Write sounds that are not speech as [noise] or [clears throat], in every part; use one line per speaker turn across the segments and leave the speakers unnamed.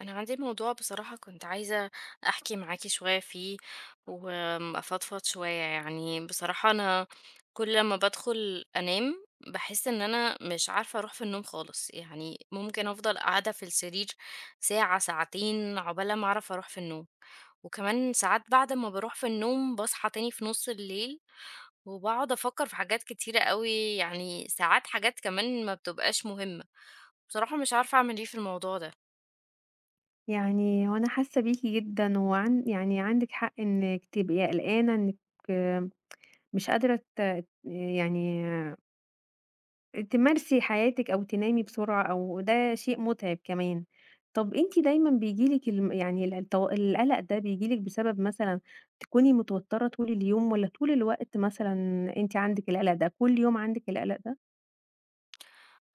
أنا عندي موضوع، بصراحة كنت عايزة أحكي معاكي شوية فيه وأفضفض شوية. يعني بصراحة أنا كل ما بدخل أنام بحس إن أنا مش عارفة أروح في النوم خالص، يعني ممكن أفضل قاعدة في السرير ساعة ساعتين عقبال ما أعرف أروح في النوم. وكمان ساعات بعد ما بروح في النوم بصحى تاني في نص الليل وبقعد أفكر في حاجات كتيرة قوي، يعني ساعات حاجات كمان ما بتبقاش مهمة. بصراحة مش عارفة أعمل إيه في الموضوع ده.
يعني هو أنا حاسة بيكِ جدًا، وعن يعني عندِك حق إنِّك تبقي قلقانة إنِّك آه، مش قادرة ت يعني آه، تمارسي حياتِك أو تنامي بسرعة أو ده شيء مُتعب كمان. طَب أنتِ دايمًا بييجي لِك الم يعني ال التو القلق ده بييجي لِك بسبب مثلًا تكوني متوترة طول اليوم والّا طول الوقت مثلًا، أنتِ عندِك القلق ده، كل يوم عندِك القلق ده؟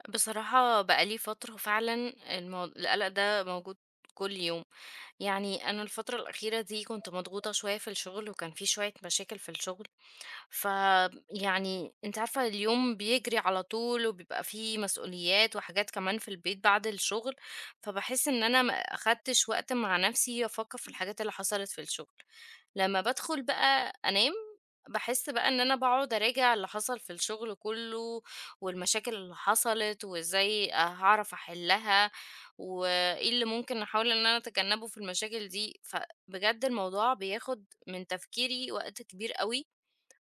بصراحة بقى لي فترة فعلًا القلق ده موجود كل يوم، يعني أنا الفترة الأخيرة دي كنت مضغوطة شوية في الشغل، وكان في شوية مشاكل في الشغل، فيعني أنتِ عارفة اليوم بيجري على طول، وبيبقى في مسؤوليات وحاجات كمان في البيت بعد الشغل، فباحس إن أنا ما أخدتش وقت مع نفسي أفكر في الحاجات اللي حصلت في الشغل. لمّا بادخل بقى أنام، باحس بقى إن أنا باقعد أراجع اللي حصل في الشغل كُلّه، والمشاكل اللي حصلت، وإزاي هاعرف أحلّها، وإيه اللي ممكن أحاول إن أنا أتجنّبه في المشاكل دي، فبجد الموضوع بياخد من تفكيري وقت كبير أوي،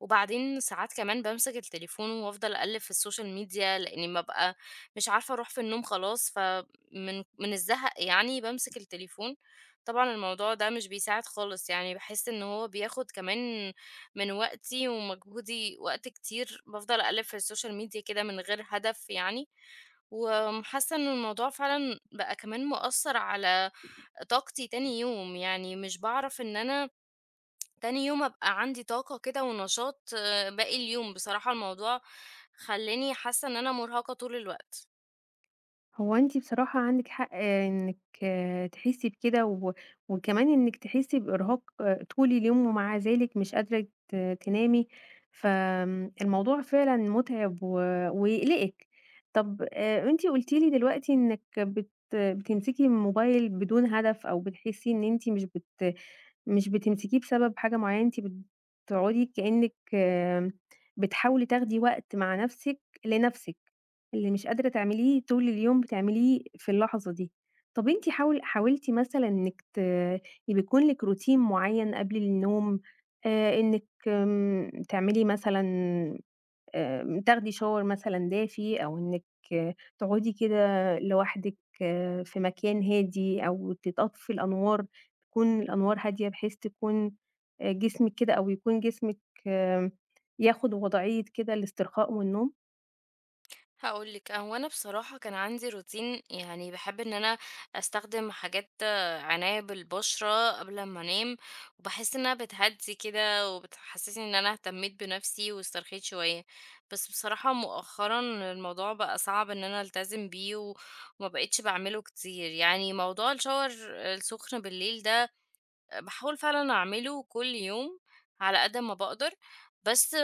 وبعدين ساعات كمان بامسك التليفون وافضل اقلب في السوشيال ميديا لاني ببقى مش عارفه اروح في النوم خلاص، فمن الزهق يعني بمسك التليفون. طبعا الموضوع ده مش بيساعد خالص، يعني بحس ان هو بياخد كمان من وقتي ومجهودي وقت كتير، بفضل اقلب في السوشيال ميديا كده من غير هدف. يعني وحاسه ان الموضوع فعلا بقى كمان مؤثر على طاقتي تاني يوم، يعني مش بعرف ان انا تاني يوم أبقى عندي طاقة كده ونشاط باقي اليوم، بصراحة الموضوع خلّاني حاسة إن أنا مرهقة طول الوقت.
هو أنتِ بصراحة عندِك حق إنِّك تحسّي بكده وكمان إنِّك تحسّي بإرهاق طول اليوم، ومع ذلك مش قادرة تنامي، الموضوع فعلًا مُتعِب ويقلقِك. طَب أنتِ قُلتِ لي دلوقتي إنِّك بتمسكي الموبايل بدون هدف، أو بتحسّي إن أنتِ مش بتمسكيه بسبب حاجة معيّنة، أنتِ بتقعُدي كإنِّك بتحاولي تاخدي وقت مع نَفْسِك لنَفْسِك. اللي مش قادرة تعمليه طول اليوم بتعمليه في اللحظة دي. طَب أنتِ حاولتِ مثلًا إنِّك يبقى يكون لِك روتين معيّن قبل النوم، إنِّك تعملي مثلًا، تاخدي shower مثلًا دافي، أو إنِّك تقعدي كده لوحدِك في مكان هادي، أو تطفّي الأنوار، تكون الأنوار هادية بحيث تكون جسمِك كده، أو يكون جسمِك آمم ياخُد وضعية كده الاسترخاء والنوم؟
هاقول لِك، هو أنا بصراحة كان عندي روتين، يعني باحب إن أنا أستخدم حاجات عناية بالبشرة قبل ما أنام، وباحس إنها بتهدّي كده وبتحسسني إن أنا اهتميت بنفسي واسترخيت شوية. بس بصراحة مؤخرًا الموضوع بقى صعب إن أنا ألتزم بيه، وما بقيتش باعمله كتير. يعني موضوع الشاور السخن بالليل ده باحاول فعلًا أعمله كل يوم على قد ما باقدر، بس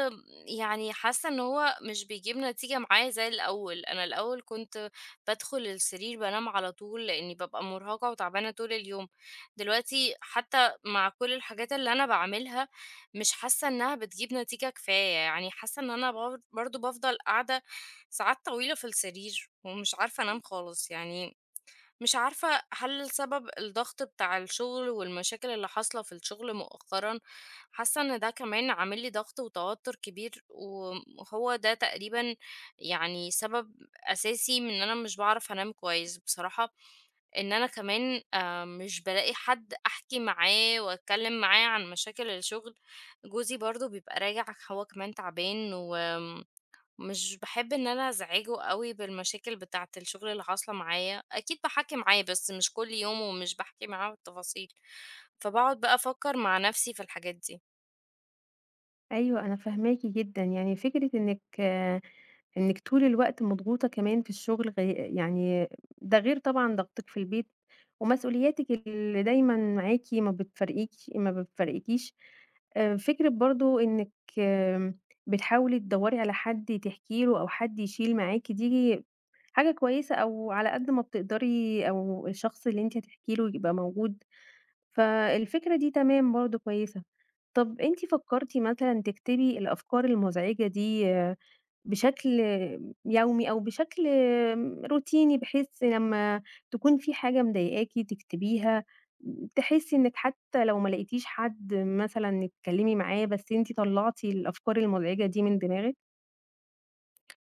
يعني حاسة إن هو مش بيجيب نتيجة معايا زي الأول. أنا الأول كنت بادخل السرير بانام على طول لإني بابقى مرهقة وتعبانة طول اليوم، دلوقتي حتى مع كل الحاجات اللي أنا باعملها مش حاسة إنها بتجيب نتيجة كفاية، يعني حاسة إن أنا برضه بافضل قاعدة ساعات طويلة في السرير ومش عارفة أنام خالص. يعني مش عارفة هل السبب الضغط بتاع الشغل والمشاكل اللي حاصلة في الشغل مؤخرا، حاسة ان ده كمان عامل لي ضغط وتوتر كبير وهو ده تقريبا يعني سبب اساسي من ان انا مش بعرف انام كويس. بصراحة ان انا كمان مش بلاقي حد احكي معاه واتكلم معاه عن مشاكل الشغل. جوزي برضو بيبقى راجع، هو كمان تعبان، و مش باحب إن أنا أزعّجه أوي بالمشاكل بتاعة الشغل اللي حاصلة معايا، أكيد باحَكّي معاه بس مش كل يوم ومش باحكي معاه بالتفاصيل، فباقعد بقى أفكّر مع نَفْسي في الحاجات دي.
أيوه، أنا فاهماكِ جدًا، يعني فكرة إنِّك إنِّك طول الوقت مضغوطة كمان في الشغل غ يعني ده غير طبعًا ضغطِك في البيت، ومسؤولياتِك اللي دايمًا معاكِ ما بتفارقكيش، فكرة برضه إنِّك آمم، بتحاولي تدوّري على حد تحكي له أو حد يشيل معاكِ، دي حاجة كويسة، أو على قد ما بتقدري أو الشخص اللي أنتِ هتحكي له يبقى موجود، فالفكرة دي تمام برضه كويسة. طَب أنتِ فكّرتِ مثلًا تكتبي الأفكار المزعجة دي بشكل يومي أو بشكل روتيني، بحيث لمّا تكون في حاجة مضايقاكِ تكتبيها، تحسّي إنِّك حتى لو ما لقيتيش حد مثلًا تتكلّمي معاه، بس أنتِ طلّعتِ الأفكار المزعجة دي من دماغِك؟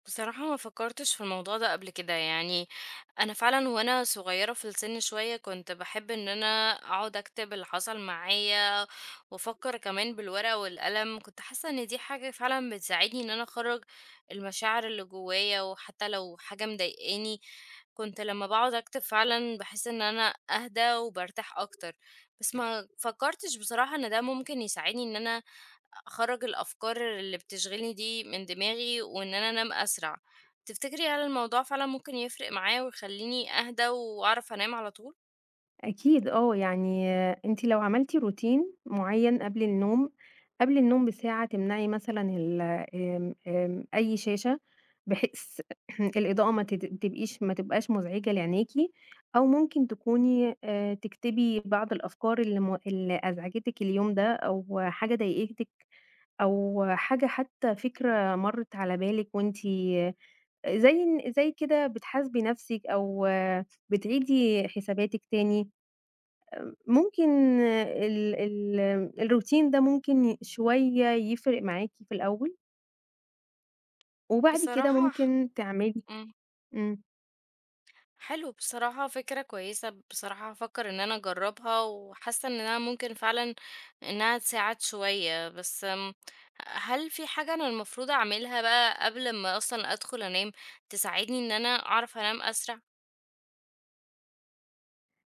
بصراحة ما فكرتش في الموضوع ده قبل كده. يعني أنا فعلا وأنا صغيرة في السن شوية كنت بحب إن أنا أقعد أكتب اللي حصل معايا وأفكر كمان بالورقة والقلم. كنت حاسة إن دي حاجة فعلا بتساعدني إن أنا أخرج المشاعر اللي جوايا، وحتى لو حاجة مضايقاني كنت لما بقعد أكتب فعلا بحس إن أنا أهدى وبرتاح أكتر. بس ما فكرتش بصراحة إن ده ممكن يساعدني إن أنا أخرّج الأفكار اللي بتشغلني دي من دماغي وإن أنا أنام أسرع. تفتكري هل الموضوع فعلًا ممكن يفرق معايا ويخلّيني أهدى وأعرف أنام على طول؟
أكيد يعني أنتِ لو عملتِ روتين معيّن قبل النوم، قبل النوم بساعة تمنعي مثلًا ال آمم، آمم، أي شاشة، بحيث [clears throat] الإضاءة ما تد تبقيش ما تبقاش مزعجة لعينيكِ، أو ممكن تكوني تكتبي بعض الأفكار اللي أزعجتِك اليوم ده، أو حاجة ضايقتِك، أو حاجة حتى فكرة مرت على بالِك وأنتِ زي كده بتحاسبي نفسِك، أو بتعيدي حساباتِك تاني. ممكن ال ال الروتين ده ممكن شوية يفرق معاكِ في الأول، وبعد كده
بصراحة ح
ممكن تعملي.
إمم.
إمم.
حلو بصراحة، فكرة كويسة، بصراحة هافكّر إن أنا أجرّبها وحاسة إن أنا ممكن فعلًا إنّها تساعد شوية، بس هل في حاجة أنا المفروض أعملها بقى قبل ما أصلًا أدخُل أنام تساعدني إن أنا أعرف أنام أسرع؟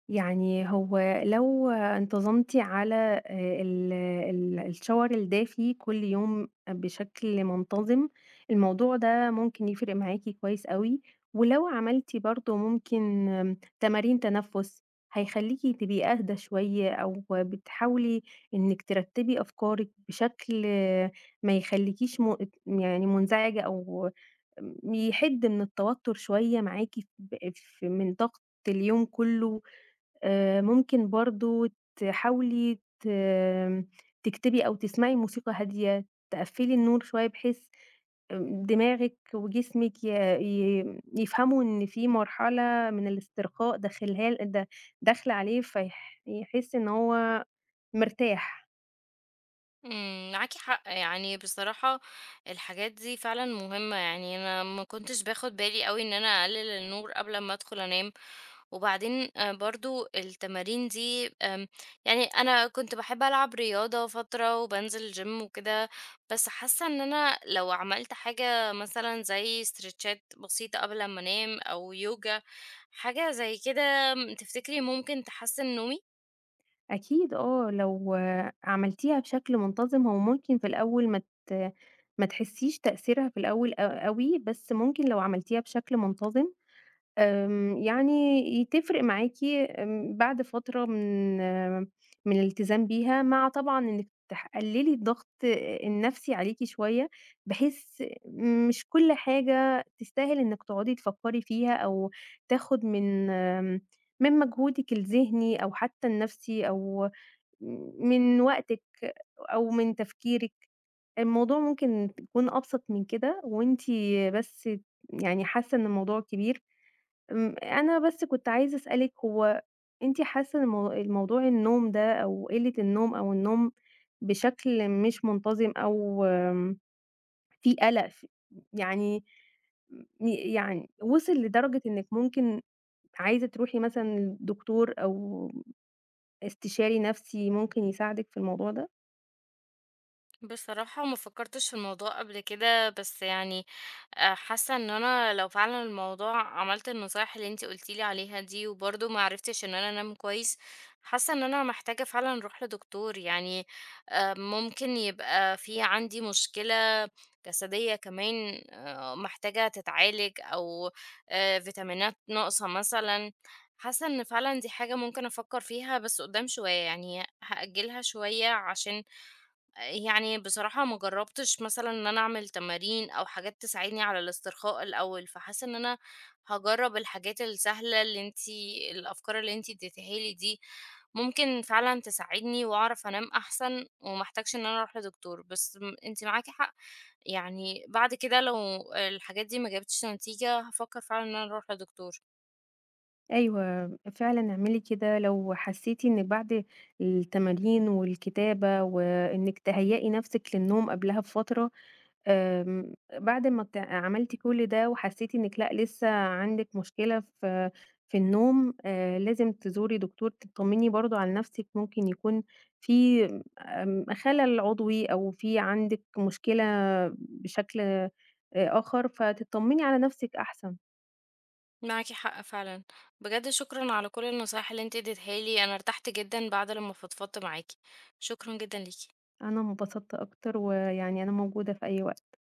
يعني هو لو انتظمتِ على ال ال الشاور الدافي كل يوم بشكل منتظم، الموضوع ده ممكن يفرق معاكِ كويس أوي، ولو عملتِ برضه ممكن تمارين تنفُّس، هيخلّيكِ تبقي أهدى شوية، أو بتحاولي إنِّك ترتّبي أفكارِك بشكل ما يخلّيكيش م يعني منزعجة، أو يحِد من التوتُّر شوية معاكِ ب ف من ضغط اليوم كُلّه. ممكن برضه تحاولي تكتبي أو تسمعي موسيقى هادية، تقفّلي النور شوية بحيث دماغِك وجسمِك ي ي يفهموا إن في مرحلة من الاسترخاء داخلها ل د داخلة عليه، يحس إن هو مرتاح.
معاكِ حق. يعني بصراحة الحاجات دي فعلًا مهمة، يعني أنا ما كنتش باخد بالي أوي إن أنا أقلل النور قبل أمّا أدخل أنام، وبعدين برضه التمارين دي، يعني أنا كنت باحب ألعب رياضة فترة وبانزل gym وكده، بس حاسة إن أنا لو عملت حاجة مثلًا زي استريتشات بسيطة قبل أمّا أنام أو يوجا، حاجة زي كده، تفتكري ممكن تحسن نومي؟
أكيد لو عملتيها بشكل منتظم هو ممكن في الأول ما تحسّيش تأثيرها في الأول أوي، بس ممكن لو عملتيها بشكل منتظم يعني تفرق معاكِ بعد فترة من من الالتزام بيها، مع طبعًا إنِّك تقللي الضغط النفسي عليكِ شوية، بحيث مش كل حاجة تستاهل إنِّك تقعدي تفكّري فيها، أو تاخد من من مجهودِك الذهني أو حتى النفسي، أو من وقتِك أو من تفكيرِك، الموضوع ممكن يكون أبسط من كده، وأنتِ بس يعني حاسة إن الموضوع كبير. أنا بس كنت عايزة أسألِك، هو أنتِ حاسة إن الموضوع النوم ده، أو قِلّة النوم، أو النوم بشكل مش منتظم، أو في قَلَق ف يعني م يعني وصل لدرجة إنِّك ممكن عايزة تروحي مثلًا لدكتور أو استشاري نَفْسي ممكن يساعدِك في الموضوع ده؟
بصراحة ما فكرتش في الموضوع قبل كده، بس يعني حاسة ان انا لو فعلا عملت النصايح اللي انتي قلتيلي عليها دي وبرضه ما عرفتش ان انا انام كويس، حاسة ان انا محتاجة فعلا اروح لدكتور. يعني ممكن يبقى في عندي مشكلة جسدية كمان، محتاجة تتعالج، او فيتامينات ناقصة مثلا. حاسة ان فعلا دي حاجة ممكن افكر فيها، بس قدام شوية، يعني هأجلها شوية، عشان يعني بصراحة ما جربتش مثلًا إن أنا أعمل تمارين أو حاجات تساعدني على الاسترخاء الأول، فحاسة إن أنا هاجرب الحاجات السهلة اللي الأفكار اللي أنتِ اديتيها لي دي، ممكن فعلًا تساعدني وأعرف أنام أحسن وما احتاجش إن أنا أروح لدكتور. بس أنتِ معاكِ حق، يعني بعد كده لو الحاجات دي ما جابتش نتيجة هافكر فعلًا إن أنا أروح لدكتور.
أيوه، فعلًا اعملي كده. لو حسيتِ إنِّك بعد التمارين والكتابة، وإنِّك تهيّئي نَفْسِك للنوم قبلها بفترة، آمم، بعد ما عملتِ كل ده وحسيتِ إنِّك لأ، لسه عندِك مشكلة في في النوم، لازم تزوري دكتور، تطمني برضه على نفسِك، ممكن يكون في خلل عضوي، أو في عندِك مشكلة بشكل آخر، فتطمني على نفسِك أحسن.
معاكِ حق فعلًا، بجد شكرًا على كل النصايح اللي أنتِ اديتها لي، أنا ارتحت جدًا بعد لمّا فضفضت معاكِ، شكرًا جدًا ليكِ.
أنا انبسطت أكتر، ويعني أنا موجودة في أي وقت.